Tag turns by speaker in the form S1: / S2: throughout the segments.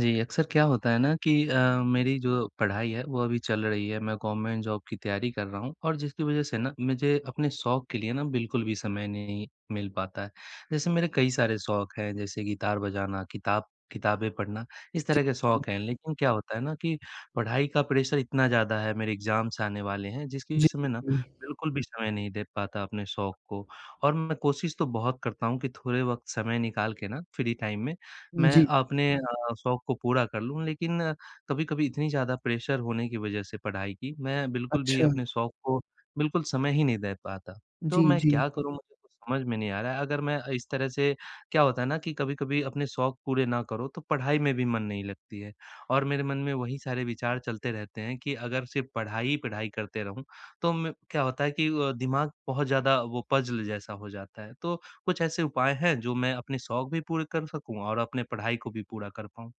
S1: जी, अक्सर क्या होता है ना कि मेरी जो पढ़ाई है वो अभी चल रही है। मैं गवर्नमेंट जॉब की तैयारी कर रहा हूँ, और जिसकी वज़ह से ना मुझे अपने शौक के लिए ना बिल्कुल भी समय नहीं मिल पाता है। जैसे मेरे कई सारे शौक हैं, जैसे गिटार बजाना, किताबें पढ़ना, इस
S2: जी,
S1: तरह के शौक हैं। लेकिन क्या होता है ना कि पढ़ाई का प्रेशर इतना ज़्यादा है, मेरे एग्ज़ाम्स आने वाले हैं, जिसकी
S2: जी,
S1: वज़ह से मैं ना
S2: जी,
S1: बिल्कुल भी समय नहीं दे पाता अपने शौक को। और मैं कोशिश तो बहुत करता हूँ कि थोड़े वक़्त समय निकाल के ना फ्री टाइम में मैं
S2: जी,
S1: अपने शौक को पूरा कर लूँ, लेकिन कभी-कभी इतनी ज़्यादा प्रेशर होने की वजह से पढ़ाई की, मैं बिल्कुल भी
S2: अच्छा।
S1: अपने शौक को बिल्कुल समय ही नहीं दे पाता। तो
S2: जी,
S1: मैं
S2: जी।
S1: क्या करूँ, मुझे कुछ समझ में नहीं आ रहा है। अगर मैं इस तरह से क्या होता है ना कि कभी-कभी अपने शौक पूरे ना करो तो पढ़ाई में भी मन नहीं लगती है, और मेरे मन में वही सारे विचार चलते रहते हैं कि अगर सिर्फ़ पढ़ाई ही पढ़ाई करते रहूँ, तो मैं क्या होता है कि दिमाग बहुत ज़्यादा वो पज़ल जैसा हो जाता है। तो कुछ ऐसे उपाय हैं, जो मैं अपने शौक भी पूरे कर सकूँ और अपने पढ़ाई को भी पूरा कर पाऊँ?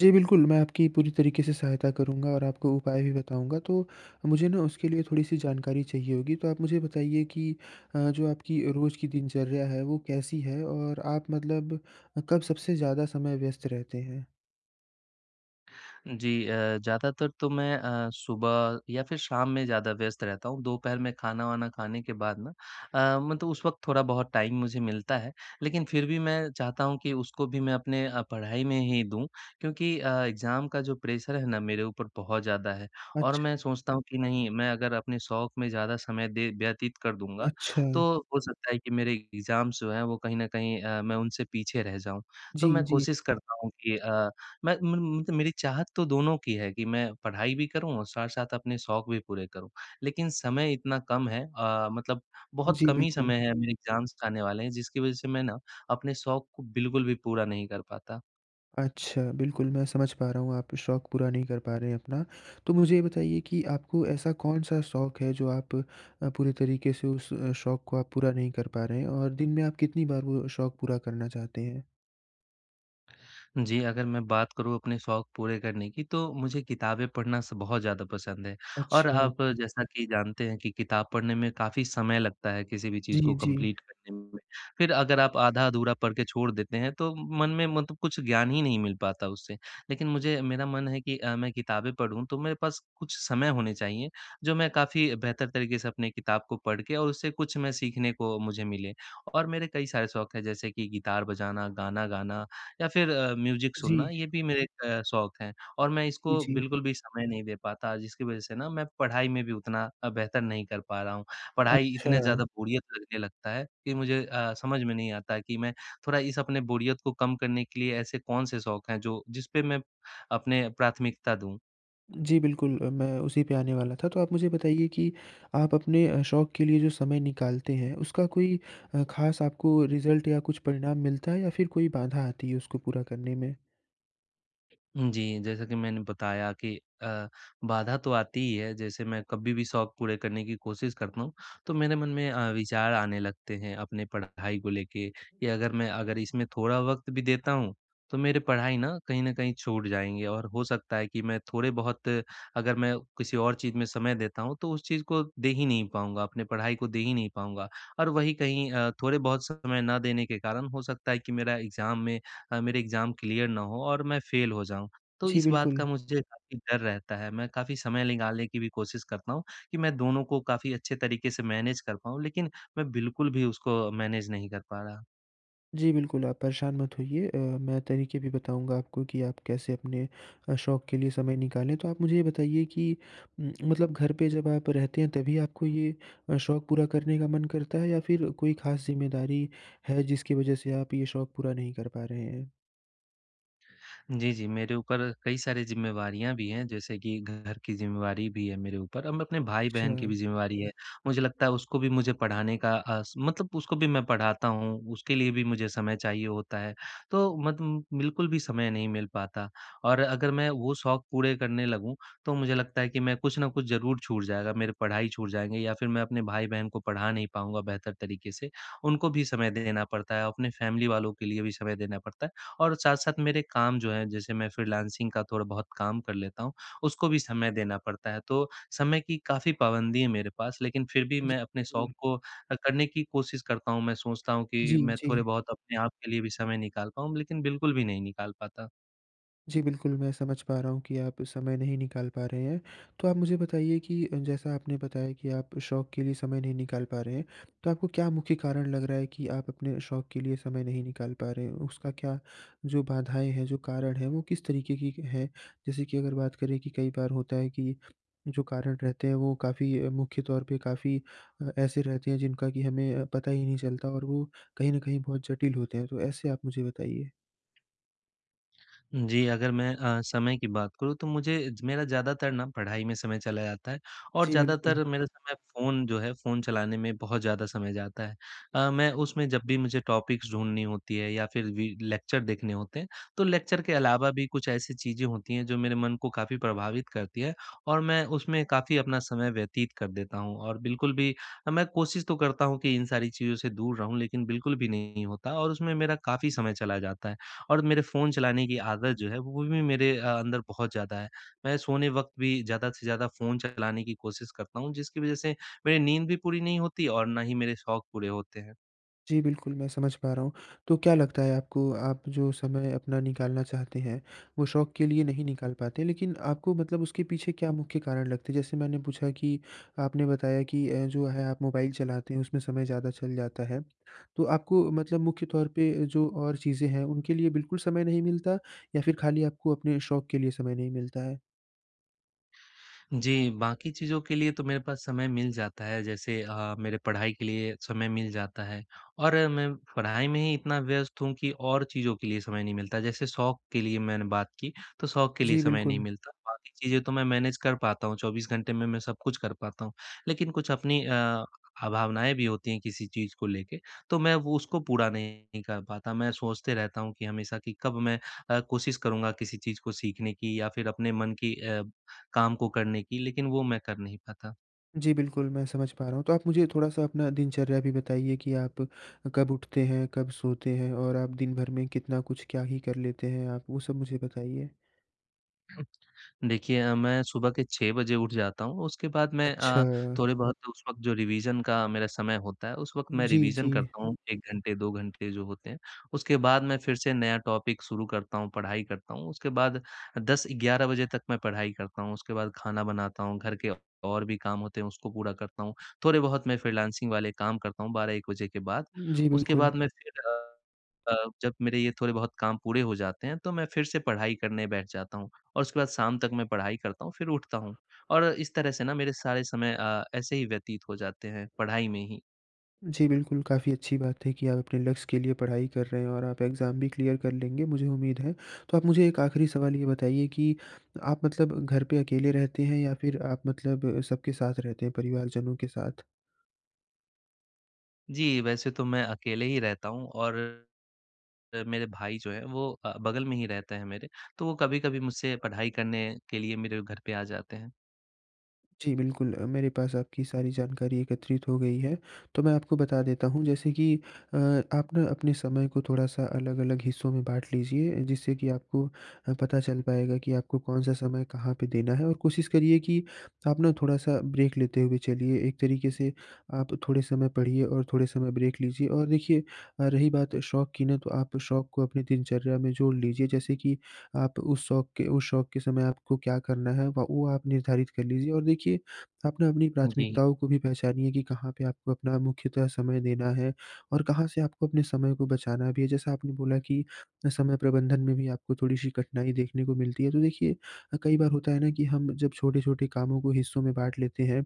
S2: जी, बिल्कुल, मैं आपकी पूरी तरीके से सहायता करूँगा और आपको उपाय भी बताऊँगा, तो मुझे ना उसके लिए थोड़ी-सी जानकारी चाहिए होगी, तो आप मुझे बताइए कि जो आपकी रोज़ की दिनचर्या है, वो कैसी है और आप मतलब कब सबसे ज़्यादा समय व्यस्त रहते हैं?
S1: जी ज़्यादातर तो मैं सुबह या फिर शाम में ज़्यादा व्यस्त रहता हूँ। दोपहर में खाना-वाना खाने के बाद ना मतलब उस वक़्त थोड़ा बहुत टाइम मुझे मिलता है। लेकिन फिर भी मैं चाहता हूँ कि उसको भी मैं अपने पढ़ाई में ही दूँ, क्योंकि एग्ज़ाम का जो प्रेशर है ना मेरे ऊपर बहुत ज़्यादा है। और
S2: अच्छा,
S1: मैं सोचता हूँ कि नहीं, मैं अगर अपने शौक में ज़्यादा समय दे व्यतीत कर दूँगा
S2: अच्छा।
S1: तो हो सकता है कि मेरे एग्ज़ाम्स जो हैं वो कहीं न कहीं मैं उनसे पीछे रह जाऊँ। तो
S2: जी,
S1: मैं
S2: जी।
S1: कोशिश करता हूँ कि मैं म मतलब मेरी चाहत तो दोनों की है कि मैं पढ़ाई भी करूँ और साथ-साथ अपने शौक भी पूरे करूँ। लेकिन समय इतना कम है मतलब बहुत
S2: जी,
S1: कम ही
S2: बिल्कुल।
S1: समय है, मेरे एग्ज़ाम्स आने वाले हैं, जिसकी वज़ह से मैं ना अपने शौक को बिल्कुल भी पूरा नहीं कर पाता।
S2: अच्छा, बिल्कुल मैं समझ पा रहा हूँ आप शौक पूरा नहीं कर पा रहे हैं अपना। तो मुझे ये बताइए कि आपको ऐसा कौन-सा शौक है जो आप पूरे तरीके से उस शौक को आप पूरा नहीं कर पा रहे हैं और दिन में आप कितनी बार वो शौक पूरा करना चाहते हैं?
S1: जी, अगर मैं बात करूँ अपने शौक पूरे करने की, तो मुझे किताबें पढ़ना स बहुत ज़्यादा पसंद है। और
S2: अच्छा।
S1: आप जैसा कि जानते हैं कि किताब पढ़ने में काफ़ी समय लगता है किसी भी
S2: जी,
S1: चीज़ को
S2: जी।
S1: कंप्लीट करने में। फिर अगर आप आधा-अधूरा पढ़ के छोड़ देते हैं तो मन में मतलब कुछ ज्ञान ही नहीं मिल पाता उससे। लेकिन मुझे मेरा मन है कि मैं किताबें पढ़ूँ तो मेरे पास कुछ समय होने चाहिए, जो मैं काफ़ी बेहतर तरीके से अपने किताब को पढ़ के और उससे कुछ मैं सीखने को मुझे मिले। और मेरे कई सारे शौक हैं, जैसे कि गिटार बजाना, गाना गाना या फिर म्यूज़िक सुनना,
S2: जी,
S1: ये भी मेरे एक शौक हैं। और मैं
S2: जी,
S1: इसको
S2: जी।
S1: बिल्कुल भी समय नहीं दे पाता, जिसकी वज़ह से ना मैं पढ़ाई में भी उतना बेहतर नहीं कर पा रहा हूँ। पढ़ाई
S2: अच्छा।
S1: इतने ज़्यादा बोरियत लगने लगता है कि मुझे समझ में नहीं आता कि मैं थोड़ा इस अपने बोरियत को कम करने के लिए ऐसे कौन से शौक हैं, जो जिस पे मैं अपने प्राथमिकता दूँ?
S2: जी, बिल्कुल मैं उसी पे आने वाला था। तो आप मुझे बताइए कि आप अपने शौक के लिए जो समय निकालते हैं उसका कोई ख़ास आपको रिज़ल्ट या कुछ परिणाम मिलता है या फिर कोई बाधा आती है उसको पूरा करने में?
S1: जी, जैसा कि मैंने बताया कि अ, बाधा तो आती ही है। जैसे मैं कभी भी शौक पूरे करने की कोशिश करता हूँ, तो मेरे मन में विचार आने लगते हैं अपने पढ़ाई को लेके, कि अगर इसमें थोड़ा वक़्त भी देता हूँ, तो मेरे पढ़ाई ना कहीं न कहीं छूट जाएँगे, और हो सकता है कि मैं थोड़े बहुत अगर मैं किसी और चीज़ में समय देता हूँ, तो उस चीज़ को दे ही नहीं पाऊँगा, अपने पढ़ाई को दे ही नहीं पाऊँगा, और वहीं कहीं थोड़े बहुत समय ना देने के कारण हो सकता है कि मेरा एग्ज़ाम में अ, मेरे एग्ज़ाम क्लियर ना हो और मैं फ़ेल हो जाऊँ। तो
S2: जी,
S1: इस बात
S2: बिल्कुल।
S1: का मुझे काफ़ी डर रहता है। मैं काफ़ी समय निकालने की भी कोशिश करता हूँ कि मैं दोनों को काफ़ी अच्छे तरीके से मैनेज कर पाऊँ, लेकिन मैं बिल्कुल भी उसको मैनेज नहीं कर पा रहा।
S2: जी, बिल्कुल, आप परेशान मत होइए मैं तरीके भी बताऊँगा आपको कि आप कैसे अपने शौक के लिए समय निकालें। तो आप मुझे ये बताइए कि मतलब घर पे जब आप रहते हैं तभी आपको ये शौक पूरा करने का मन करता है या फिर कोई ख़ास ज़िम्मेदारी है जिसकी वजह से आप ये शौक पूरा नहीं कर पा रहे हैं?
S1: जी, जी, मेरे ऊपर कई सारी ज़िम्मेवारियाँ भी हैं, जैसे कि घर की ज़िम्मेवारी भी है मेरे ऊपर, अब मैं अपने
S2: अच्छा।
S1: भाई-बहन की भी ज़िम्मेवारी है। मुझे लगता है उसको भी मुझे पढ़ाने का अ, स मतलब उसको भी मैं पढ़ाता हूँ, उसके लिए भी मुझे समय चाहिए होता है, तो मत बिल्कुल भी समय नहीं मिल पाता। और अगर मैं वो शौक पूरे करने लगूँ, तो मुझे लगता है कि मैं कुछ न कुछ ज़रूर छूट जाएगा, मेरी पढ़ाई छूट जाएँगे या फिर मैं अपने भाई-बहन को पढ़ा नहीं पाऊँगा बेहतर तरीके से। उनको भी समय देना पड़ता है, अपने फैमिली वालों के लिए भी समय देना पड़ता है। और साथ-साथ मेरे काम जो हैं, जैसे मैं फ्रीलांसिंग का थोड़ा बहुत काम कर लेता हूँ, उसको भी समय देना पड़ता है। तो समय की काफ़ी पाबंदी है मेरे पास, लेकिन फिर भी
S2: जी,
S1: मैं अपने
S2: बिल्कुल।
S1: शौक को करने की कोशिश करता हूँ। मैं सोचता हूँ
S2: जी,
S1: कि मैं थोड़े
S2: जी।
S1: बहुत अपने आप के लिए भी समय निकाल पाऊँ, लेकिन बिल्कुल भी नहीं निकाल पाता।
S2: जी, बिल्कुल, मैं समझ पा रहा हूँ कि आप समय नहीं निकाल पा रहे हैं। तो आप मुझे बताइए कि जैसा आपने बताया कि आप शौक के लिए समय नहीं निकाल पा रहे हैं, तो आपको क्या मुख्य कारण लग रहा है कि आप अपने शौक के लिए समय नहीं निकाल पा रहे हैं? उसका क्या जो बाधाएँ हैं, जो कारण हैं, वो किस तरीके की हैं? जैसे कि अगर बात करें कि कई बार होता है कि जो कारण रहते हैं, वो काफ़ी मुख्य तौर पे काफ़ी ऐसे रहते हैं जिनका कि हमें पता ही नहीं चलता और वो कहीं न कहीं बहुत जटिल होते हैं। तो ऐसे आप मुझे बताइए।
S1: जी, अगर मैं समय की बात करूँ तो मुझे ज मेरा ज़्यादातर ना पढ़ाई में समय चला जाता है, और
S2: जी, बिल्कुल।
S1: ज़्यादातर मेरा समय फ़ोन जो है फ़ोन चलाने में बहुत ज़्यादा समय जाता है। मैं उसमें जब भी मुझे टॉपिक्स ढूँढनी होती है या फिर वी लेक्चर देखने होते हैं, तो लेक्चर के अलावा भी कुछ ऐसी चीज़ें होती हैं जो मेरे मन को काफ़ी प्रभावित करती है, और मैं उसमें काफ़ी अपना समय व्यतीत कर देता हूँ। और बिल्कुल भी मैं कोशिश तो करता हूँ कि इन सारी चीज़ों से दूर रहूँ, लेकिन बिल्कुल भी नहीं होता और उसमें मेरा काफ़ी समय चला जाता है। और मेरे फ़ोन चलाने की आदत जो है वो भी मेरे अंदर बहुत ज़्यादा है। मैं सोने वक़्त भी ज़्यादा से ज़्यादा फ़ोन चलाने की कोशिश करता हूँ, जिसकी वज़ह से मेरी नींद भी पूरी नहीं होती और ना ही मेरे शौक पूरे होते हैं।
S2: जी, बिल्कुल, मैं समझ पा रहा हूँ। तो क्या लगता है आपको, आप जो समय अपना निकालना चाहते हैं, वो शौक के लिए नहीं निकाल पाते, लेकिन आपको मतलब उसके पीछे क्या मुख्य कारण लगते हैं? जैसे मैंने पूछा कि आपने बताया कि जो है आप मोबाइल चलाते हैं, उसमें समय ज़्यादा चल जाता है। तो आपको मतलब मुख्य तौर पे जो और चीज़ें हैं, उनके लिए बिल्कुल समय नहीं मिलता या फिर खाली आपको अपने शौक के लिए समय नहीं मिलता है?
S1: जी, बाकी चीज़ों के लिए तो मेरे पास समय मिल जाता है, जैसे मेरे पढ़ाई के लिए समय मिल जाता है, और मैं पढ़ाई में ही इतना व्यस्त हूँ कि और चीज़ों के लिए समय नहीं मिलता। जैसे शौक के लिए मैंने बात की, तो शौक के लिए
S2: जी,
S1: समय नहीं
S2: बिल्कुल।
S1: मिलता। बाकी चीज़ें तो मैं मैनेज कर पाता हूँ, 24 घंटे में मैं सब कुछ कर पाता हूँ। लेकिन कुछ अपनी भावनाएँ भी होती हैं किसी चीज़ को लेके, तो मैं वो उसको पूरा नहीं कर पाता। मैं सोचते रहता हूँ कि हमेशा, कि कब मैं कोशिश करूँगा किसी चीज़ को सीखने की या फिर अपने मन की काम को करने की, लेकिन वो मैं कर नहीं पाता।
S2: जी, बिल्कुल, मैं समझ पा रहा हूँ। तो आप मुझे थोड़ा-सा अपना दिनचर्या भी बताइए कि आप कब उठते हैं, कब सोते हैं और आप दिन भर में कितना कुछ क्या ही कर लेते हैं आप, वो सब मुझे बताइए?
S1: देखिए मैं सुबह के 6 बजे उठ जाता हूँ, उसके बाद मैं
S2: अच्छा।
S1: थोड़े-बहुत उस वक़्त जो रिवीज़न का मेरा समय होता है, उस वक़्त मैं
S2: जी,
S1: रिवीज़न
S2: जी।
S1: करता हूँ, 1 घंटे, 2 घंटे जो होते हैं। उसके बाद मैं फिर से नया टॉपिक शुरू करता हूँ, पढ़ाई करता हूँ। उसके बाद 10-11 बजे तक मैं पढ़ाई करता हूँ, उसके बाद खाना बनाता हूँ, घर के और भी काम होते हैं उसको पूरा करता हूँ। थोड़े-बहुत मैं फ्रीलांसिंग वाले काम करता हूँ 12-1 बजे के बाद।
S2: जी,
S1: उसके
S2: बिल्कुल।
S1: बाद मैं अ, जब मेरे ये थोड़े-बहुत काम पूरे हो जाते हैं, तो मैं फिर से पढ़ाई करने बैठ जाता हूँ। और उसके बाद शाम तक मैं पढ़ाई करता हूँ, फिर उठता हूँ। और इस तरह से ना मेरे सारे समय ऐसे ही व्यतीत हो जाते हैं, पढ़ाई में ही।
S2: जी, बिल्कुल, काफ़ी अच्छी बात है कि आप अपने लक्ष्य के लिए पढ़ाई कर रहे हैं और आप एग्ज़ाम भी क्लियर कर लेंगे, मुझे उम्मीद है। तो आप मुझे एक आखिरी सवाल ये बताइए कि आप मतलब घर पे अकेले रहते हैं या फिर आप मतलब सबके साथ रहते हैं, परिवारजनों के साथ?
S1: जी, वैसे तो मैं अकेले ही रहता हूँ, और मेरे भाई जो हैं वो बगल में ही रहते हैं मेरे, तो वो कभी-कभी मुझसे पढ़ाई करने के लिए मेरे घर पे आ जाते हैं।
S2: जी, बिल्कुल मेरे पास आपकी सारी जानकारी एकत्रित हो गई है। तो मैं आपको बता देता हूँ जैसे कि आप ना अपने समय को थोड़ा-सा अलग-अलग हिस्सों में बाँट लीजिए जिससे कि आपको पता चल पाएगा कि आपको कौन-सा समय कहाँ पे देना है और कोशिश करिए कि आप ना थोड़ा-सा ब्रेक लेते हुए चलिए। एक तरीके से आप थोड़े समय पढ़िए और थोड़े समय ब्रेक लीजिए और देखिए रही बात शौक की ना तो आप शौक को अपनी दिनचर्या में जोड़ लीजिए। जैसे कि आप उस शौक के समय आपको क्या करना है व वो आप निर्धारित कर लीजिए और देखिए आप ना अपनी
S1: जी।
S2: प्राथमिकताओं को भी पहचानिए कि कहाँ पे आपको अपना मुख्यतः समय देना है और कहाँ से आपको अपने समय को बचाना भी है। जैसा आपने बोला कि समय प्रबंधन में भी आपको थोड़ी-सी कठिनाई देखने को मिलती है। तो देखिए कई बार होता है ना कि हम जब छोटे-छोटे कामों को हिस्सों में बाँट लेते हैं,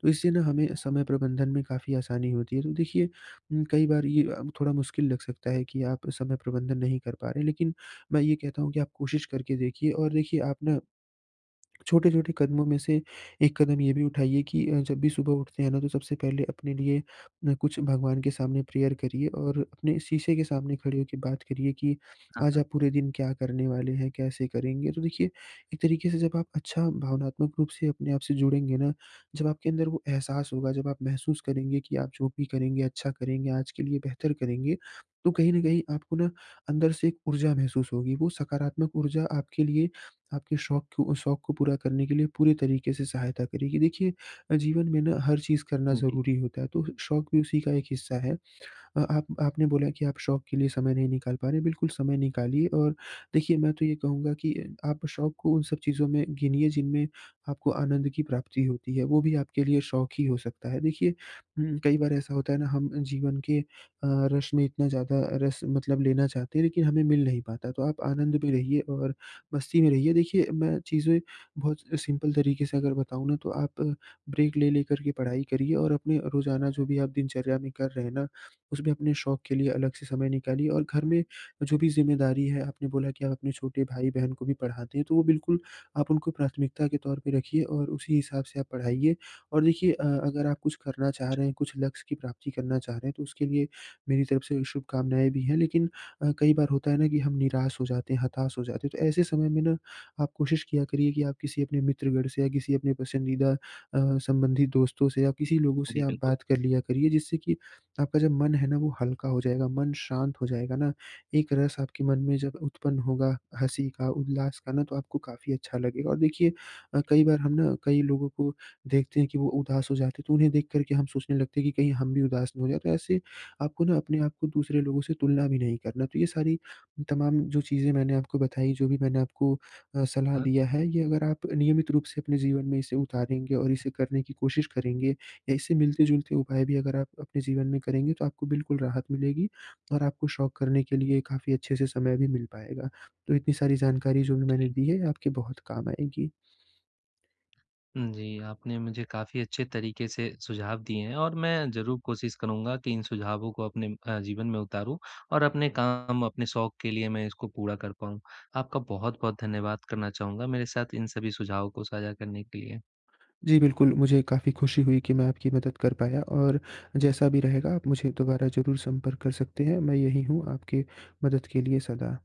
S2: तो इससे ना हमें समय प्रबंधन में काफ़ी आसानी होती है। तो देखिए कई बार ये थोड़ा मुश्किल लग सकता है कि आप समय प्रबंधन नहीं कर पा रहे हैं, लेकिन मैं ये कहता हूँ कि आप कोशिश करके देखिए और देखिए आप ना छोटे-छोटे कदमों में से एक कदम ये भी उठाइए कि जब भी सुबह उठते हैं ना, तो सबसे पहले अपने लिए कुछ भगवान के सामने प्रेयर करिए और अपने शीशे के सामने खड़े होके बात करिए कि आज
S1: हाँ,
S2: आप पूरे दिन क्या करने वाले हैं, कैसे करेंगे? तो देखिए, एक तरीके से जब आप अच्छा भावनात्मक रूप से अपने आप से जुड़ेंगे ना, जब आपके अंदर वो एहसास होगा, जब आप महसूस करेंगे कि आप जो भी करेंगे, अच्छा करेंगे, आज के लिए बेहतर करेंगे, तो कहीं न कहीं आपको ना अंदर से एक ऊर्जा महसूस होगी। वो सकारात्मक ऊर्जा आपके लिए आपके शौक को पूरा करने के लिए पूरे तरीके से सहायता करेगी। देखिए, जीवन में ना हर चीज़ करना
S1: हाँ। जी,
S2: ज़रूरी होता है, तो शौक भी उसी का एक हिस्सा है। आप आपने बोला कि आप शौक के लिए समय नहीं निकाल पा रहे, बिल्कुल समय निकालिए और देखिए मैं तो ये कहूँगा कि आप शौक को उन सब चीज़ों में गिनिए जिनमें आपको आनंद की प्राप्ति होती है, वो भी आपके लिए शौक ही हो सकता है। देखिए कई बार ऐसा होता है ना हम जीवन के रस में इतना ज़्यादा रस मतलब लेना चाहते हैं लेकिन हमें मिल नहीं पाता, तो आप आनंद में रहिए और मस्ती में रहिए। देखिए मैं चीज़ें बहुत सिंपल तरीके से अगर बताऊँ ना तो आप ब्रेक ले लेकर के पढ़ाई करिए और अपने रोज़ाना जो भी आप दिनचर्या में कर रहे हैं ना उसमें अपने शौक के लिए अलग से समय निकालिए और घर में जो भी ज़िम्मेदारी है, आपने बोला कि आप अपने छोटे भाई-बहन को भी पढ़ाते हैं, तो वो बिल्कुल आप उनको प्राथमिकता के तौर पे रखिए और उसी हिसाब से आप पढ़ाइए। और देखिए अगर आप कुछ करना चाह रहे हैं, कुछ लक्ष्य की प्राप्ति करना चाह रहे हैं, तो उसके लिए मेरी तरफ से शुभकामनाएँ भी हैं। लेकिन कई बार होता है ना कि हम निराश हो जाते हैं, हताश हो जाते हैं, तो ऐसे समय में ना आप कोशिश किया करिए कि आप किसी अपने मित्रगण से या किसी अपने पसंदीदा संबंधी दोस्तों से या किसी लोगों से
S1: जी
S2: आप
S1: बिल्कुल।
S2: बात कर लिया करिए, जिससे कि आपका जब मन है ना वो हल्का हो जाएगा, मन शांत हो जाएगा ना, एक रस आपके मन में जब उत्पन्न होगा हँसी का, उल्लास का ना तो आपको काफ़ी अच्छा लगेगा। और देखिए कई बार हम ना कई लोगों को देखते हैं कि वो उदास हो जाते हैं तो उन्हें देख कर के हम सोचने लगते हैं कि कहीं हम भी उदास ना हो जाएँ। तो ऐसे आपको ना अपने आप को दूसरे लोगों से तुलना भी नहीं करना। तो ये सारी तमाम जो चीज़ें मैंने आपको बताई, जो भी मैंने आपको सलाह
S1: हाँ।
S2: दिया है, ये अगर आप नियमित रूप से अपने जीवन में इसे उतारेंगे और इसे करने की कोशिश करेंगे ऐसे मिलते-जुलते उपाय भी अगर आप अपने जीवन में करेंगे तो आपको बिल्कुल राहत मिलेगी और आपको शौक करने के लिए काफ़ी अच्छे से समय भी मिल पाएगा। तो इतनी सारी जानकारी जो भी मैंने
S1: जी।
S2: दी है आपके बहुत काम आएगी।
S1: हुँ, जी, आपने मुझे काफ़ी अच्छे तरीके से सुझाव दिए हैं, और मैं ज़रूर कोशिश करूँगा कि इन सुझावों को अपने जीवन में उतारूँ और अपने काम, अपने शौक के लिए मैं इसको पूरा कर पाऊँ। आपका बहुत-बहुत धन्यवाद करना चाहूँगा मेरे साथ इन सभी सुझावों को साझा करने के लिए।
S2: जी बिल्कुल, मुझे काफ़ी खुशी हुई कि मैं आपकी मदद कर पाया और जैसा भी रहेगा आप मुझे दोबारा ज़रूर संपर्क कर सकते हैं। मैं यही हूँ आपकी मदद के लिए सदा।